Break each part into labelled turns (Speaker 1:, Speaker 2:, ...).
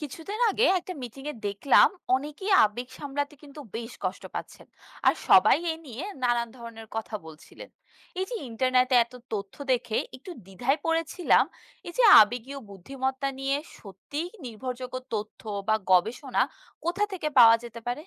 Speaker 1: কিছুদিন আগে একটা মিটিং এ দেখলাম অনেকেই আবেগ সামলাতে কিন্তু বেশ কষ্ট পাচ্ছেন। আর সবাই এ নিয়ে নানান ধরনের কথা বলছিলেন। এই যে ইন্টারনেটে এত তথ্য দেখে একটু দ্বিধায় পড়েছিলাম। এই যে আবেগীয় বুদ্ধিমত্তা নিয়ে সত্যিই নির্ভরযোগ্য তথ্য বা গবেষণা কোথা থেকে পাওয়া যেতে পারে?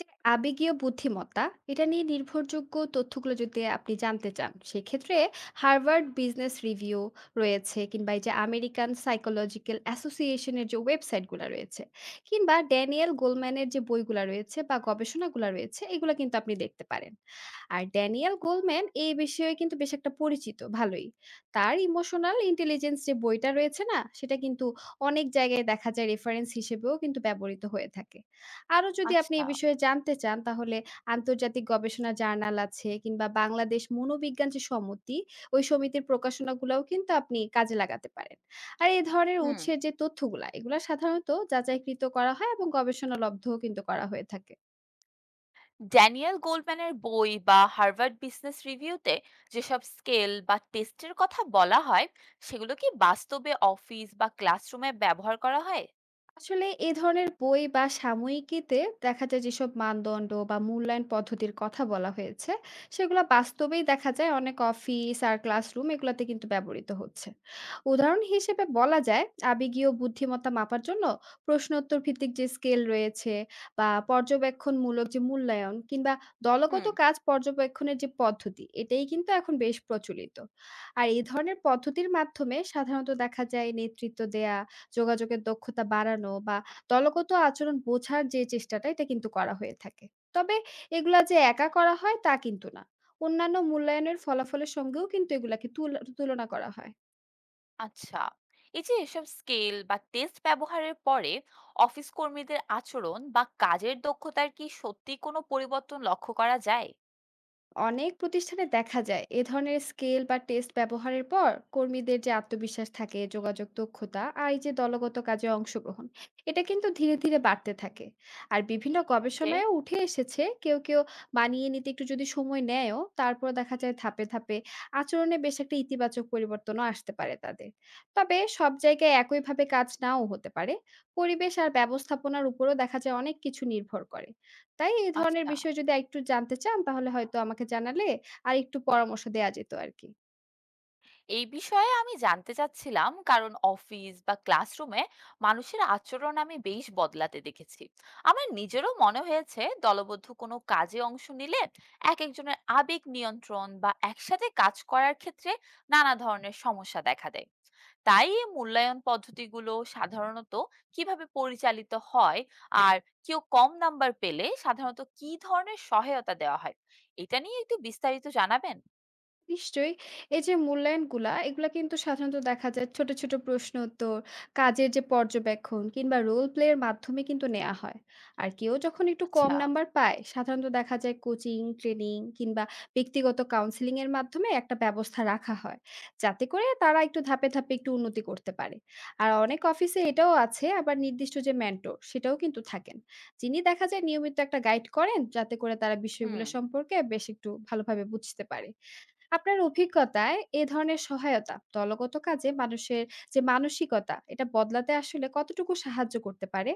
Speaker 2: যে আবেগীয় বুদ্ধিমত্তা, এটা নিয়ে নির্ভরযোগ্য তথ্যগুলো যদি আপনি জানতে চান সেক্ষেত্রে হার্ভার্ড বিজনেস রিভিউ রয়েছে, কিংবা এই যে আমেরিকান সাইকোলজিক্যাল অ্যাসোসিয়েশনের যে ওয়েবসাইটগুলো রয়েছে, কিংবা ড্যানিয়েল গোলম্যানের যে বইগুলো রয়েছে বা গবেষণাগুলো রয়েছে, এগুলো কিন্তু আপনি দেখতে পারেন। আর ড্যানিয়েল গোলম্যান এই বিষয়ে কিন্তু বেশ একটা পরিচিত ভালোই। তার ইমোশনাল ইন্টেলিজেন্স যে বইটা রয়েছে না, সেটা কিন্তু অনেক জায়গায় দেখা যায় রেফারেন্স হিসেবেও কিন্তু ব্যবহৃত হয়ে থাকে। আরো যদি আপনি
Speaker 1: আচ্ছা।
Speaker 2: এই বিষয়ে জানতে চান, তাহলে আন্তর্জাতিক গবেষণা জার্নাল আছে, কিংবা বাংলাদেশ মনোবিজ্ঞান যে সমিতি, ওই সমিতির প্রকাশনাগুলোও কিন্তু আপনি কাজে লাগাতে পারেন। আর এই ধরনের
Speaker 1: হুম।
Speaker 2: উৎসের যে তথ্যগুলা, এগুলা সাধারণত যাচাইকৃত করা হয় এবং গবেষণা লব্ধও কিন্তু করা হয়ে থাকে।
Speaker 1: ড্যানিয়েল গোল্ডম্যানের বই বা হার্ভার্ড বিজনেস রিভিউতে যেসব স্কেল বা টেস্টের কথা বলা হয়, সেগুলো কি বাস্তবে অফিস বা ক্লাসরুমে ব্যবহার করা হয়?
Speaker 2: আসলে এ ধরনের বই বা সাময়িকীতে দেখা যায় যেসব মানদণ্ড বা মূল্যায়ন পদ্ধতির কথা বলা হয়েছে, সেগুলো বাস্তবেই দেখা যায় অনেক অফিস আর ক্লাসরুম এগুলোতে কিন্তু ব্যবহৃত হচ্ছে। উদাহরণ হিসেবে বলা যায়, আবেগীয় বুদ্ধিমত্তা মাপার জন্য প্রশ্নোত্তর ভিত্তিক যে স্কেল রয়েছে, বা পর্যবেক্ষণমূলক যে মূল্যায়ন, কিংবা
Speaker 1: হুম।
Speaker 2: দলগত কাজ পর্যবেক্ষণের যে পদ্ধতি, এটাই কিন্তু এখন বেশ প্রচলিত। আর এই ধরনের পদ্ধতির মাধ্যমে সাধারণত দেখা যায় নেতৃত্ব দেয়া, যোগাযোগের দক্ষতা বাড়ানো, বা দলগত আচরণ বোঝার যে চেষ্টাটা, এটা কিন্তু করা হয়ে থাকে। তবে এগুলা যে একা করা হয় তা কিন্তু না, অন্যান্য মূল্যায়নের ফলাফলের সঙ্গেও কিন্তু এগুলাকে তুলনা করা হয়।
Speaker 1: আচ্ছা। এই যে এসব স্কেল বা টেস্ট ব্যবহারের পরে অফিস কর্মীদের আচরণ বা কাজের দক্ষতার কি সত্যি কোনো পরিবর্তন লক্ষ্য করা যায়?
Speaker 2: অনেক প্রতিষ্ঠানে দেখা যায় এ ধরনের স্কেল বা টেস্ট ব্যবহারের পর কর্মীদের যে আত্মবিশ্বাস থাকে, যোগাযোগ দক্ষতা, আর এই যে দলগত কাজে অংশগ্রহণ, এটা কিন্তু ধীরে ধীরে বাড়তে থাকে। আর বিভিন্ন
Speaker 1: ওকে।
Speaker 2: গবেষণায় উঠে এসেছে, কেউ কেউ মানিয়ে নিতে একটু যদি সময় নেয়ও, তারপর দেখা যায় ধাপে ধাপে আচরণে বেশ একটা ইতিবাচক পরিবর্তনও আসতে পারে তাদের। তবে সব জায়গায় একইভাবে কাজ নাও হতে পারে, পরিবেশ আর ব্যবস্থাপনার উপরও দেখা যায় অনেক কিছু নির্ভর করে। তাই এই ধরনের
Speaker 1: আচ্ছা।
Speaker 2: বিষয় যদি আরেকটু জানতে চান, তাহলে হয়তো আমাকে জানালে আরেকটু পরামর্শ দেয়া যেত আরকি।
Speaker 1: এই বিষয়ে আমি জানতে চাচ্ছিলাম, কারণ অফিস বা ক্লাসরুমে মানুষের আচরণ আমি বেশ বদলাতে দেখেছি। আমার নিজেরও মনে হয়েছে দলবদ্ধ কোনো কাজে অংশ নিলে এক একজনের আবেগ নিয়ন্ত্রণ বা একসাথে কাজ করার ক্ষেত্রে নানা ধরনের সমস্যা দেখা দেয়। তাই এই মূল্যায়ন পদ্ধতিগুলো সাধারণত কিভাবে পরিচালিত হয়, আর কেউ কম নাম্বার পেলে সাধারণত কি ধরনের সহায়তা দেওয়া হয়, এটা নিয়ে একটু বিস্তারিত জানাবেন।
Speaker 2: নিশ্চয়ই। এই যে মূল্যায়নগুলা, এগুলা কিন্তু সাধারণত দেখা যায় ছোট ছোট প্রশ্ন উত্তর, কাজের যে পর্যবেক্ষণ, কিংবা রোল প্লে এর মাধ্যমে কিন্তু নেয়া হয়। আর কেউ যখন একটু কম
Speaker 1: আচ্ছা।
Speaker 2: নাম্বার পায়, সাধারণত দেখা যায় কোচিং, ট্রেনিং কিংবা ব্যক্তিগত কাউন্সেলিং এর মাধ্যমে একটা ব্যবস্থা রাখা হয়, যাতে করে তারা একটু ধাপে ধাপে একটু উন্নতি করতে পারে। আর অনেক অফিসে এটাও আছে, আবার নির্দিষ্ট যে মেন্টর, সেটাও কিন্তু থাকেন, যিনি দেখা যায় নিয়মিত একটা গাইড করেন, যাতে করে তারা
Speaker 1: হুম।
Speaker 2: বিষয়গুলো সম্পর্কে বেশ একটু ভালোভাবে বুঝতে পারে। আপনার অভিজ্ঞতায় এ ধরনের সহায়তা দলগত কাজে মানুষের যে মানসিকতা, এটা বদলাতে আসলে কতটুকু সাহায্য করতে পারে?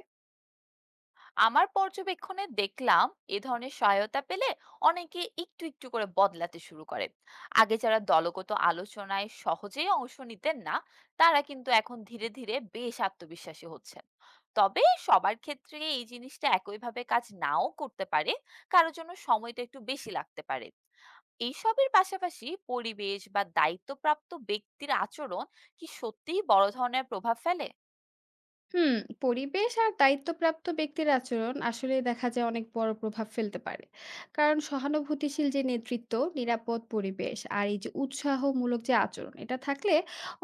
Speaker 1: আমার পর্যবেক্ষণে দেখলাম এ ধরনের সহায়তা পেলে অনেকে একটু একটু করে বদলাতে শুরু করে। আগে যারা দলগত আলোচনায় সহজেই অংশ নিতেন না, তারা কিন্তু এখন ধীরে ধীরে বেশ আত্মবিশ্বাসী হচ্ছেন। তবে সবার ক্ষেত্রে এই জিনিসটা একইভাবে কাজ নাও করতে পারে। কারোর জন্য সময়টা একটু বেশি লাগতে পারে। এইসবের পাশাপাশি পরিবেশ বা দায়িত্বপ্রাপ্ত ব্যক্তির আচরণ কি সত্যিই বড় ধরনের প্রভাব ফেলে?
Speaker 2: হুম। পরিবেশ আর দায়িত্বপ্রাপ্ত ব্যক্তির আচরণ আসলে দেখা যায় অনেক বড় প্রভাব ফেলতে পারে, কারণ সহানুভূতিশীল যে নেতৃত্ব, নিরাপদ পরিবেশ, আর এই যে উৎসাহমূলক যে আচরণ এটা থাকলে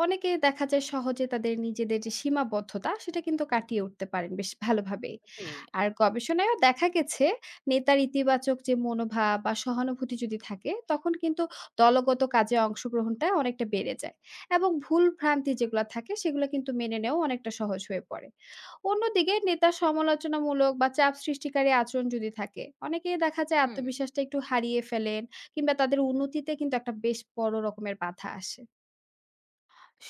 Speaker 2: অনেকে দেখা যায় সহজে তাদের নিজেদের যে সীমাবদ্ধতা সেটা কিন্তু কাটিয়ে উঠতে পারেন বেশ ভালোভাবেই।
Speaker 1: জি।
Speaker 2: আর গবেষণায়ও দেখা গেছে, নেতার ইতিবাচক যে মনোভাব বা সহানুভূতি যদি থাকে, তখন কিন্তু দলগত কাজে অংশগ্রহণটা অনেকটা বেড়ে যায়, এবং ভুল ভ্রান্তি যেগুলো থাকে সেগুলো কিন্তু মেনে নেওয়া অনেকটা সহজ হয়ে পড়ে। অন্যদিকে নেতার সমালোচনামূলক বা চাপ সৃষ্টিকারী আচরণ যদি থাকে, অনেকেই দেখা যায়
Speaker 1: হুম।
Speaker 2: আত্মবিশ্বাসটা একটু হারিয়ে ফেলেন, কিংবা তাদের উন্নতিতে কিন্তু একটা বেশ বড় রকমের বাধা আসে।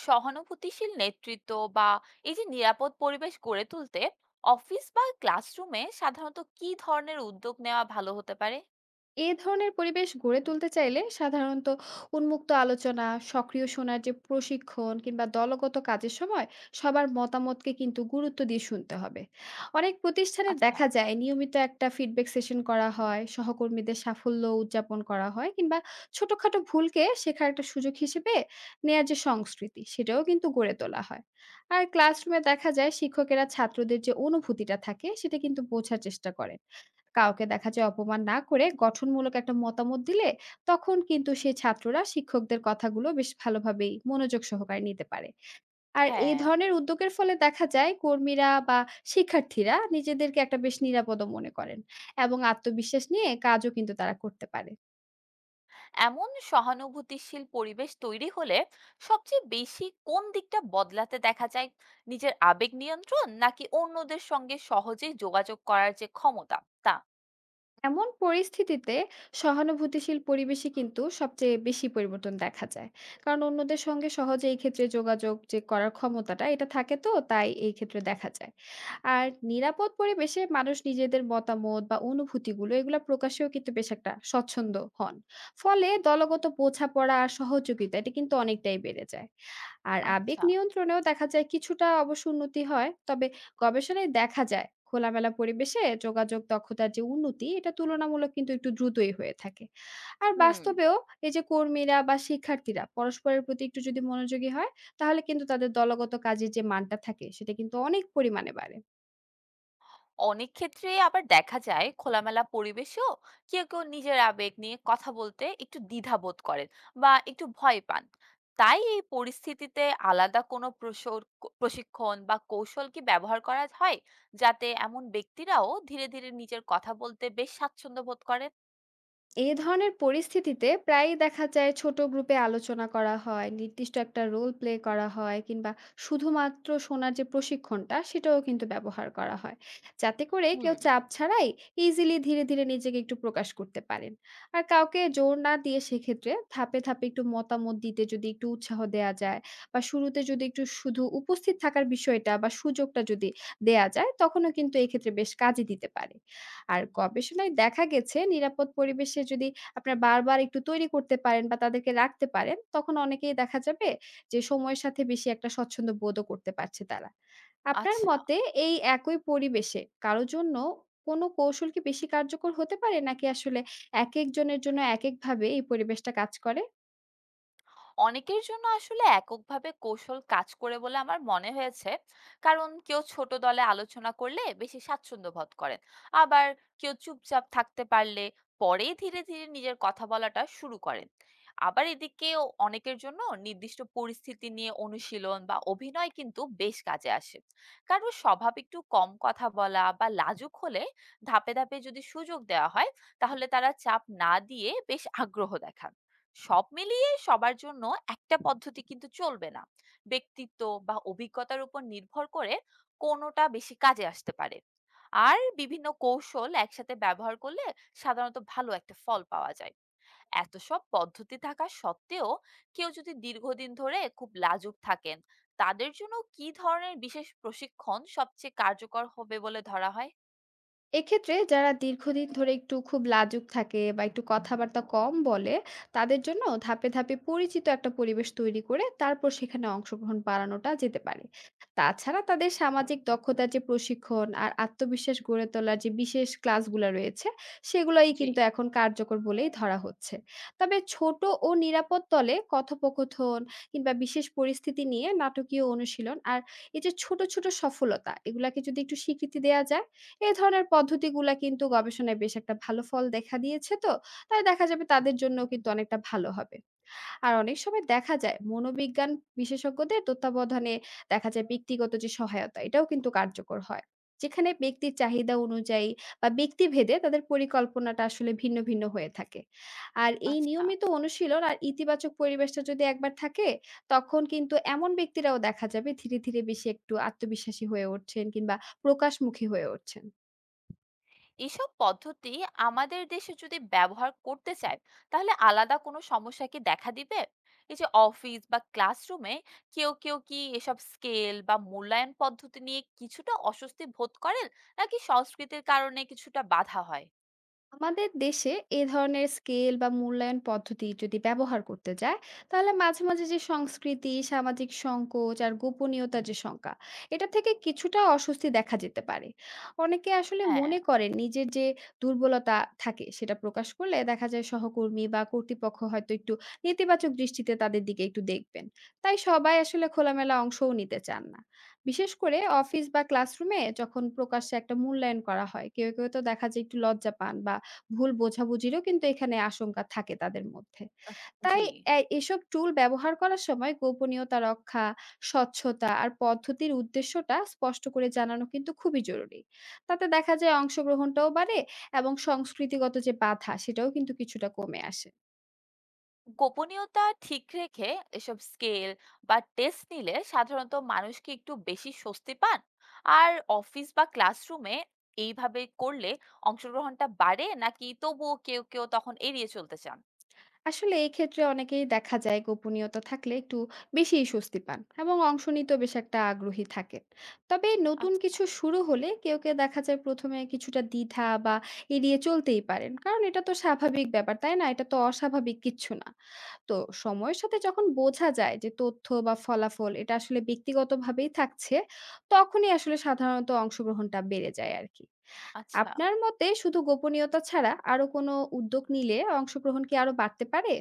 Speaker 1: সহানুভূতিশীল নেতৃত্ব বা এই যে নিরাপদ পরিবেশ গড়ে তুলতে অফিস বা ক্লাসরুমে সাধারণত কি ধরনের উদ্যোগ নেওয়া ভালো হতে পারে?
Speaker 2: এ ধরনের পরিবেশ গড়ে তুলতে চাইলে সাধারণত উন্মুক্ত আলোচনা, সক্রিয় শোনার যে প্রশিক্ষণ, কিংবা দলগত কাজের সময় সবার মতামতকে কিন্তু গুরুত্ব দিয়ে শুনতে হবে। অনেক প্রতিষ্ঠানে
Speaker 1: আচ্ছা।
Speaker 2: দেখা যায় নিয়মিত একটা ফিডব্যাক সেশন করা হয়, সহকর্মীদের সাফল্য উদযাপন করা হয়, কিংবা ছোটখাটো ভুলকে শেখার একটা সুযোগ হিসেবে নেয়ার যে সংস্কৃতি, সেটাও কিন্তু গড়ে তোলা হয়। আর ক্লাসরুমে দেখা যায় শিক্ষকেরা ছাত্রদের যে অনুভূতিটা থাকে সেটা কিন্তু বোঝার চেষ্টা করে। কাউকে দেখা যায় অপমান না করে গঠনমূলক একটা মতামত দিলে তখন কিন্তু সেই ছাত্ররা শিক্ষকদের কথাগুলো বেশ ভালোভাবেই মনোযোগ সহকারে নিতে পারে। আর এই
Speaker 1: হ্যাঁ।
Speaker 2: ধরনের উদ্যোগের ফলে দেখা যায় কর্মীরা বা শিক্ষার্থীরা নিজেদেরকে একটা বেশ নিরাপদ মনে করেন, এবং আত্মবিশ্বাস নিয়ে কাজও কিন্তু তারা করতে পারে।
Speaker 1: এমন সহানুভূতিশীল পরিবেশ তৈরি হলে সবচেয়ে বেশি কোন দিকটা বদলাতে দেখা যায়, নিজের আবেগ নিয়ন্ত্রণ নাকি অন্যদের সঙ্গে সহজেই যোগাযোগ করার যে ক্ষমতা তা?
Speaker 2: এমন পরিস্থিতিতে সহানুভূতিশীল পরিবেশে কিন্তু সবচেয়ে বেশি পরিবর্তন দেখা যায়, কারণ অন্যদের সঙ্গে সহজে এই ক্ষেত্রে যোগাযোগ যে করার ক্ষমতাটা এটা থাকে, তো তাই এই ক্ষেত্রে দেখা যায়। আর নিরাপদ পরিবেশে মানুষ নিজেদের মতামত বা অনুভূতিগুলো এগুলো প্রকাশেও কিন্তু বেশ একটা স্বচ্ছন্দ হন, ফলে দলগত বোঝাপড়া আর সহযোগিতা এটা কিন্তু অনেকটাই বেড়ে যায়। আর আবেগ
Speaker 1: আচ্ছা।
Speaker 2: নিয়ন্ত্রণেও দেখা যায় কিছুটা অবশ্য উন্নতি হয়, তবে গবেষণায় দেখা যায় খোলামেলা পরিবেশে যোগাযোগ দক্ষতার যে উন্নতি এটা তুলনামূলক কিন্তু একটু দ্রুতই হয়ে থাকে। আর
Speaker 1: হুম।
Speaker 2: বাস্তবেও এই যে কর্মীরা বা শিক্ষার্থীরা পরস্পরের প্রতি একটু যদি মনোযোগী হয়, তাহলে কিন্তু তাদের দলগত কাজের যে মানটা থাকে সেটা কিন্তু অনেক পরিমাণে বাড়ে।
Speaker 1: অনেক ক্ষেত্রে আবার দেখা যায় খোলামেলা পরিবেশেও কেউ কেউ নিজের আবেগ নিয়ে কথা বলতে একটু দ্বিধা বোধ করেন বা একটু ভয় পান। তাই এই পরিস্থিতিতে আলাদা কোনো প্রশিক্ষণ বা কৌশল কি ব্যবহার করা হয়, যাতে এমন ব্যক্তিরাও ধীরে ধীরে নিজের কথা বলতে বেশ স্বাচ্ছন্দ্য বোধ করেন?
Speaker 2: এ ধরনের পরিস্থিতিতে প্রায়ই দেখা যায় ছোট গ্রুপে আলোচনা করা হয়, নির্দিষ্ট একটা রোল প্লে করা হয়, কিংবা শুধুমাত্র শোনার যে প্রশিক্ষণটা সেটাও কিন্তু ব্যবহার করা হয়, যাতে করে
Speaker 1: হুম।
Speaker 2: কেউ চাপ ছাড়াই ইজিলি ধীরে ধীরে নিজেকে একটু প্রকাশ করতে পারেন। আর কাউকে জোর না দিয়ে সেক্ষেত্রে ধাপে ধাপে একটু মতামত দিতে যদি একটু উৎসাহ দেয়া যায়, বা শুরুতে যদি একটু শুধু উপস্থিত থাকার বিষয়টা বা সুযোগটা যদি দেয়া যায়, তখনও কিন্তু এক্ষেত্রে বেশ কাজে দিতে পারে। আর গবেষণায় দেখা গেছে, নিরাপদ পরিবেশে যদি আপনারা বারবার একটু তৈরি করতে পারেন বা তাদেরকে রাখতে পারেন, তখন অনেকেই দেখা যাবে যে সময়ের সাথে বেশি একটা স্বচ্ছন্দ বোধও করতে পারছে তারা। আপনার
Speaker 1: আচ্ছা।
Speaker 2: মতে এই একই পরিবেশে কারো জন্য কোন কৌশল কি বেশি কার্যকর হতে পারে, নাকি আসলে একেক জনের জন্য একেকভাবে এই পরিবেশটা কাজ করে?
Speaker 1: অনেকের জন্য আসলে এককভাবে কৌশল কাজ করে বলে আমার মনে হয়েছে। কারণ কেউ ছোট দলে আলোচনা করলে বেশি স্বাচ্ছন্দ্য বোধ করেন। আবার কেউ চুপচাপ থাকতে পারলে পরেই ধীরে ধীরে নিজের কথা বলাটা শুরু করেন। আবার এদিকেও অনেকের জন্য নির্দিষ্ট পরিস্থিতি নিয়ে অনুশীলন বা অভিনয় কিন্তু বেশ কাজে আসে। কারণ স্বভাব একটু কম কথা বলা বা লাজুক হলে ধাপে ধাপে যদি সুযোগ দেওয়া হয়, তাহলে তারা চাপ না দিয়ে বেশ আগ্রহ দেখান। সব মিলিয়ে সবার জন্য একটা পদ্ধতি কিন্তু চলবে না। ব্যক্তিত্ব বা অভিজ্ঞতার উপর নির্ভর করে কোনোটা বেশি কাজে আসতে পারে। আর বিভিন্ন কৌশল একসাথে ব্যবহার করলে সাধারণত ভালো একটা ফল পাওয়া যায়। এত সব পদ্ধতি থাকা সত্ত্বেও কেউ যদি দীর্ঘদিন ধরে খুব লাজুক থাকেন, তাদের জন্য কি ধরনের বিশেষ প্রশিক্ষণ সবচেয়ে কার্যকর হবে বলে ধরা হয়?
Speaker 2: এক্ষেত্রে যারা দীর্ঘদিন ধরে একটু খুব লাজুক থাকে বা একটু কথাবার্তা কম বলে, তাদের জন্য ধাপে ধাপে পরিচিত একটা পরিবেশ তৈরি করে তারপর সেখানে অংশগ্রহণ বাড়ানোটা যেতে পারে। তাছাড়া তাদের সামাজিক দক্ষতার যে প্রশিক্ষণ আর আত্মবিশ্বাস গড়ে তোলার যে বিশেষ ক্লাসগুলা রয়েছে, সেগুলাই
Speaker 1: জি।
Speaker 2: কিন্তু এখন কার্যকর বলেই ধরা হচ্ছে। তবে ছোট ও নিরাপদ তলে কথোপকথন, কিংবা বিশেষ পরিস্থিতি নিয়ে নাটকীয় অনুশীলন, আর এই যে ছোট ছোট সফলতা এগুলাকে যদি একটু স্বীকৃতি দেয়া যায়, এই ধরনের পদ্ধতিগুলা কিন্তু গবেষণায় বেশ একটা ভালো ফল দেখা দিয়েছে, তো তাই দেখা যাবে তাদের জন্য কিন্তু অনেকটা ভালো হবে। আর অনেক সময় দেখা যায় মনোবিজ্ঞান বিশেষজ্ঞদের তত্ত্বাবধানে দেখা যায় ব্যক্তিগত যে সহায়তা এটাও কিন্তু কার্যকর হয়, যেখানে ব্যক্তির চাহিদা অনুযায়ী বা ব্যক্তিভেদে তাদের পরিকল্পনাটা আসলে ভিন্ন ভিন্ন হয়ে থাকে। আর এই
Speaker 1: আচ্ছা।
Speaker 2: নিয়মিত অনুশীলন আর ইতিবাচক পরিবেশটা যদি একবার থাকে, তখন কিন্তু এমন ব্যক্তিরাও দেখা যাবে ধীরে ধীরে বেশি একটু আত্মবিশ্বাসী হয়ে উঠছেন, কিংবা প্রকাশমুখী হয়ে উঠছেন।
Speaker 1: এসব পদ্ধতি আমাদের দেশে যদি ব্যবহার করতে চায়, তাহলে আলাদা কোনো সমস্যা কি দেখা দিবে? এই যে অফিস বা ক্লাসরুমে কেউ কেউ কি এসব স্কেল বা মূল্যায়ন পদ্ধতি নিয়ে কিছুটা অস্বস্তি বোধ করেন, নাকি সংস্কৃতির কারণে কিছুটা বাধা হয়?
Speaker 2: আমাদের দেশে এ ধরনের স্কেল বা মূল্যায়ন পদ্ধতি যদি ব্যবহার করতে যায়, তাহলে মাঝে মাঝে যে সংস্কৃতি, সামাজিক সংকোচ আর গোপনীয়তার যে শঙ্কা, এটা থেকে কিছুটা অস্বস্তি দেখা যেতে পারে। অনেকে আসলে
Speaker 1: হ্যাঁ।
Speaker 2: মনে করেন নিজের যে দুর্বলতা থাকে সেটা প্রকাশ করলে দেখা যায় সহকর্মী বা কর্তৃপক্ষ হয়তো একটু নেতিবাচক দৃষ্টিতে তাদের দিকে একটু দেখবেন, তাই সবাই আসলে খোলামেলা অংশও নিতে চান না। বিশেষ করে অফিস বা ক্লাসরুমে যখন প্রকাশ্যে একটা মূল্যায়ন করা হয়, কেউ কেউ তো দেখা যায় একটু লজ্জা পান, বা ভুল বোঝাবুঝিরও কিন্তু এখানে আশঙ্কা থাকে তাদের মধ্যে।
Speaker 1: জি।
Speaker 2: তাই এসব টুল ব্যবহার করার সময় গোপনীয়তা রক্ষা, স্বচ্ছতা আর পদ্ধতির উদ্দেশ্যটা স্পষ্ট করে জানানো কিন্তু খুবই জরুরি। তাতে দেখা যায় অংশগ্রহণটাও বাড়ে, এবং সংস্কৃতিগত যে বাধা সেটাও কিন্তু কিছুটা কমে আসে।
Speaker 1: গোপনীয়তা ঠিক রেখে এসব স্কেল বা টেস্ট নিলে সাধারণত মানুষ কি একটু বেশি স্বস্তি পান? আর অফিস বা ক্লাসরুমে এইভাবে করলে অংশগ্রহণটা বাড়ে, নাকি তবুও কেউ কেউ তখন এড়িয়ে চলতে চান?
Speaker 2: আসলে এই ক্ষেত্রে অনেকেই দেখা যায় গোপনীয়তা থাকলে একটু বেশিই স্বস্তি পান, এবং অংশ নিতেও বেশ একটা আগ্রহী থাকেন। তবে নতুন
Speaker 1: আচ্ছা।
Speaker 2: কিছু শুরু হলে কেউ কেউ দেখা যায় প্রথমে কিছুটা দ্বিধা বা এড়িয়ে চলতেই পারেন, কারণ এটা তো স্বাভাবিক ব্যাপার, তাই না? এটা তো অস্বাভাবিক কিচ্ছু না। তো সময়ের সাথে যখন বোঝা যায় যে তথ্য বা ফলাফল এটা আসলে ব্যক্তিগতভাবেই থাকছে, তখনই আসলে সাধারণত অংশগ্রহণটা বেড়ে যায় আর কি।
Speaker 1: আচ্ছা।
Speaker 2: আপনার মতে শুধু গোপনীয়তা ছাড়া আরো কোনো উদ্যোগ নিলে অংশগ্রহণ কি আরো বাড়তে পারে?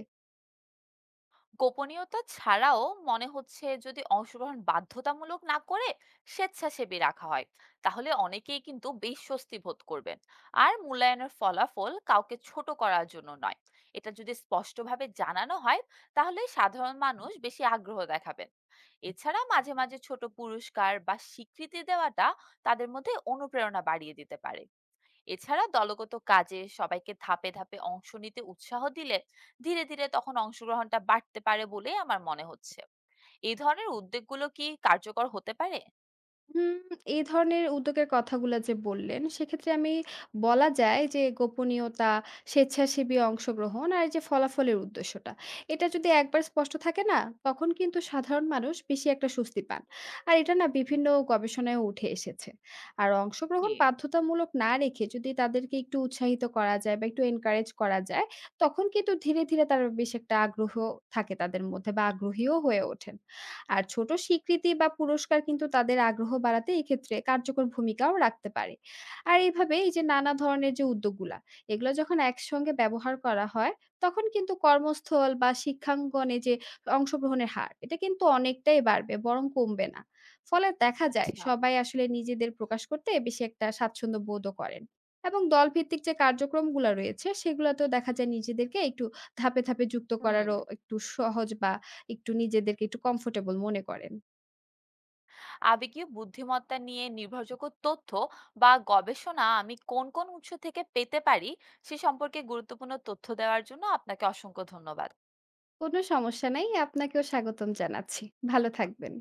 Speaker 1: গোপনীয়তা ছাড়াও মনে হচ্ছে যদি অংশগ্রহণ বাধ্যতামূলক না করে স্বেচ্ছাসেবী রাখা হয়, তাহলে অনেকেই কিন্তু বেশ স্বস্তি বোধ করবেন। আর মূল্যায়নের ফলাফল কাউকে ছোট করার জন্য নয়, এটা যদি স্পষ্টভাবে জানানো হয়, তাহলে সাধারণ মানুষ বেশি আগ্রহ দেখাবেন। এছাড়া মাঝে মাঝে ছোট পুরস্কার বা স্বীকৃতি দেওয়াটা তাদের মধ্যে অনুপ্রেরণা বাড়িয়ে দিতে পারে। এছাড়া দলগত কাজে সবাইকে ধাপে ধাপে অংশ নিতে উৎসাহ দিলে ধীরে ধীরে তখন অংশগ্রহণটা বাড়তে পারে বলেই আমার মনে হচ্ছে। এই ধরনের উদ্যোগগুলো কি কার্যকর হতে পারে?
Speaker 2: হুম, এই ধরনের উদ্যোগের কথাগুলা যে বললেন, সেক্ষেত্রে আমি বলা যায় যে গোপনীয়তা, স্বেচ্ছাসেবী অংশগ্রহণ আর এই যে ফলাফলের উদ্দেশ্যটা, এটা যদি একবার স্পষ্ট থাকে না, তখন কিন্তু সাধারণ মানুষ বেশি একটা স্বস্তি পান। আর এটা না বিভিন্ন গবেষণায়ও উঠে এসেছে। আর
Speaker 1: জি।
Speaker 2: অংশগ্রহণ বাধ্যতামূলক না রেখে যদি তাদেরকে একটু উৎসাহিত করা যায় বা একটু এনকারেজ করা যায়, তখন কিন্তু ধীরে ধীরে তারা বেশ একটা আগ্রহ থাকে তাদের মধ্যে বা আগ্রহীও হয়ে ওঠেন। আর ছোট স্বীকৃতি বা পুরস্কার কিন্তু তাদের আগ্রহ বাড়াতে এক্ষেত্রে কার্যকর ভূমিকাও রাখতে পারে। আর এইভাবে এই যে নানা ধরনের যে উদ্যোগগুলা, এগুলো যখন একসঙ্গে ব্যবহার করা হয়, তখন কিন্তু কর্মস্থল বা শিক্ষাঙ্গনে যে অংশগ্রহণের হার, এটা কিন্তু অনেকটাই বাড়বে, বরং কমবে না। ফলে দেখা যায়
Speaker 1: আচ্ছা।
Speaker 2: সবাই আসলে নিজেদের প্রকাশ করতে বেশি একটা স্বাচ্ছন্দ্য বোধও করেন, এবং দলভিত্তিক যে কার্যক্রমগুলো রয়েছে সেগুলোতেও দেখা যায় নিজেদেরকে একটু ধাপে ধাপে যুক্ত
Speaker 1: হুম।
Speaker 2: করারও একটু সহজ, বা একটু নিজেদেরকে একটু কমফোর্টেবল মনে করেন।
Speaker 1: আবেগীয় বুদ্ধিমত্তা নিয়ে নির্ভরযোগ্য তথ্য বা গবেষণা আমি কোন কোন উৎস থেকে পেতে পারি সে সম্পর্কে গুরুত্বপূর্ণ তথ্য দেওয়ার জন্য আপনাকে অসংখ্য ধন্যবাদ।
Speaker 2: কোনো সমস্যা নাই। আপনাকেও স্বাগতম জানাচ্ছি। ভালো থাকবেন।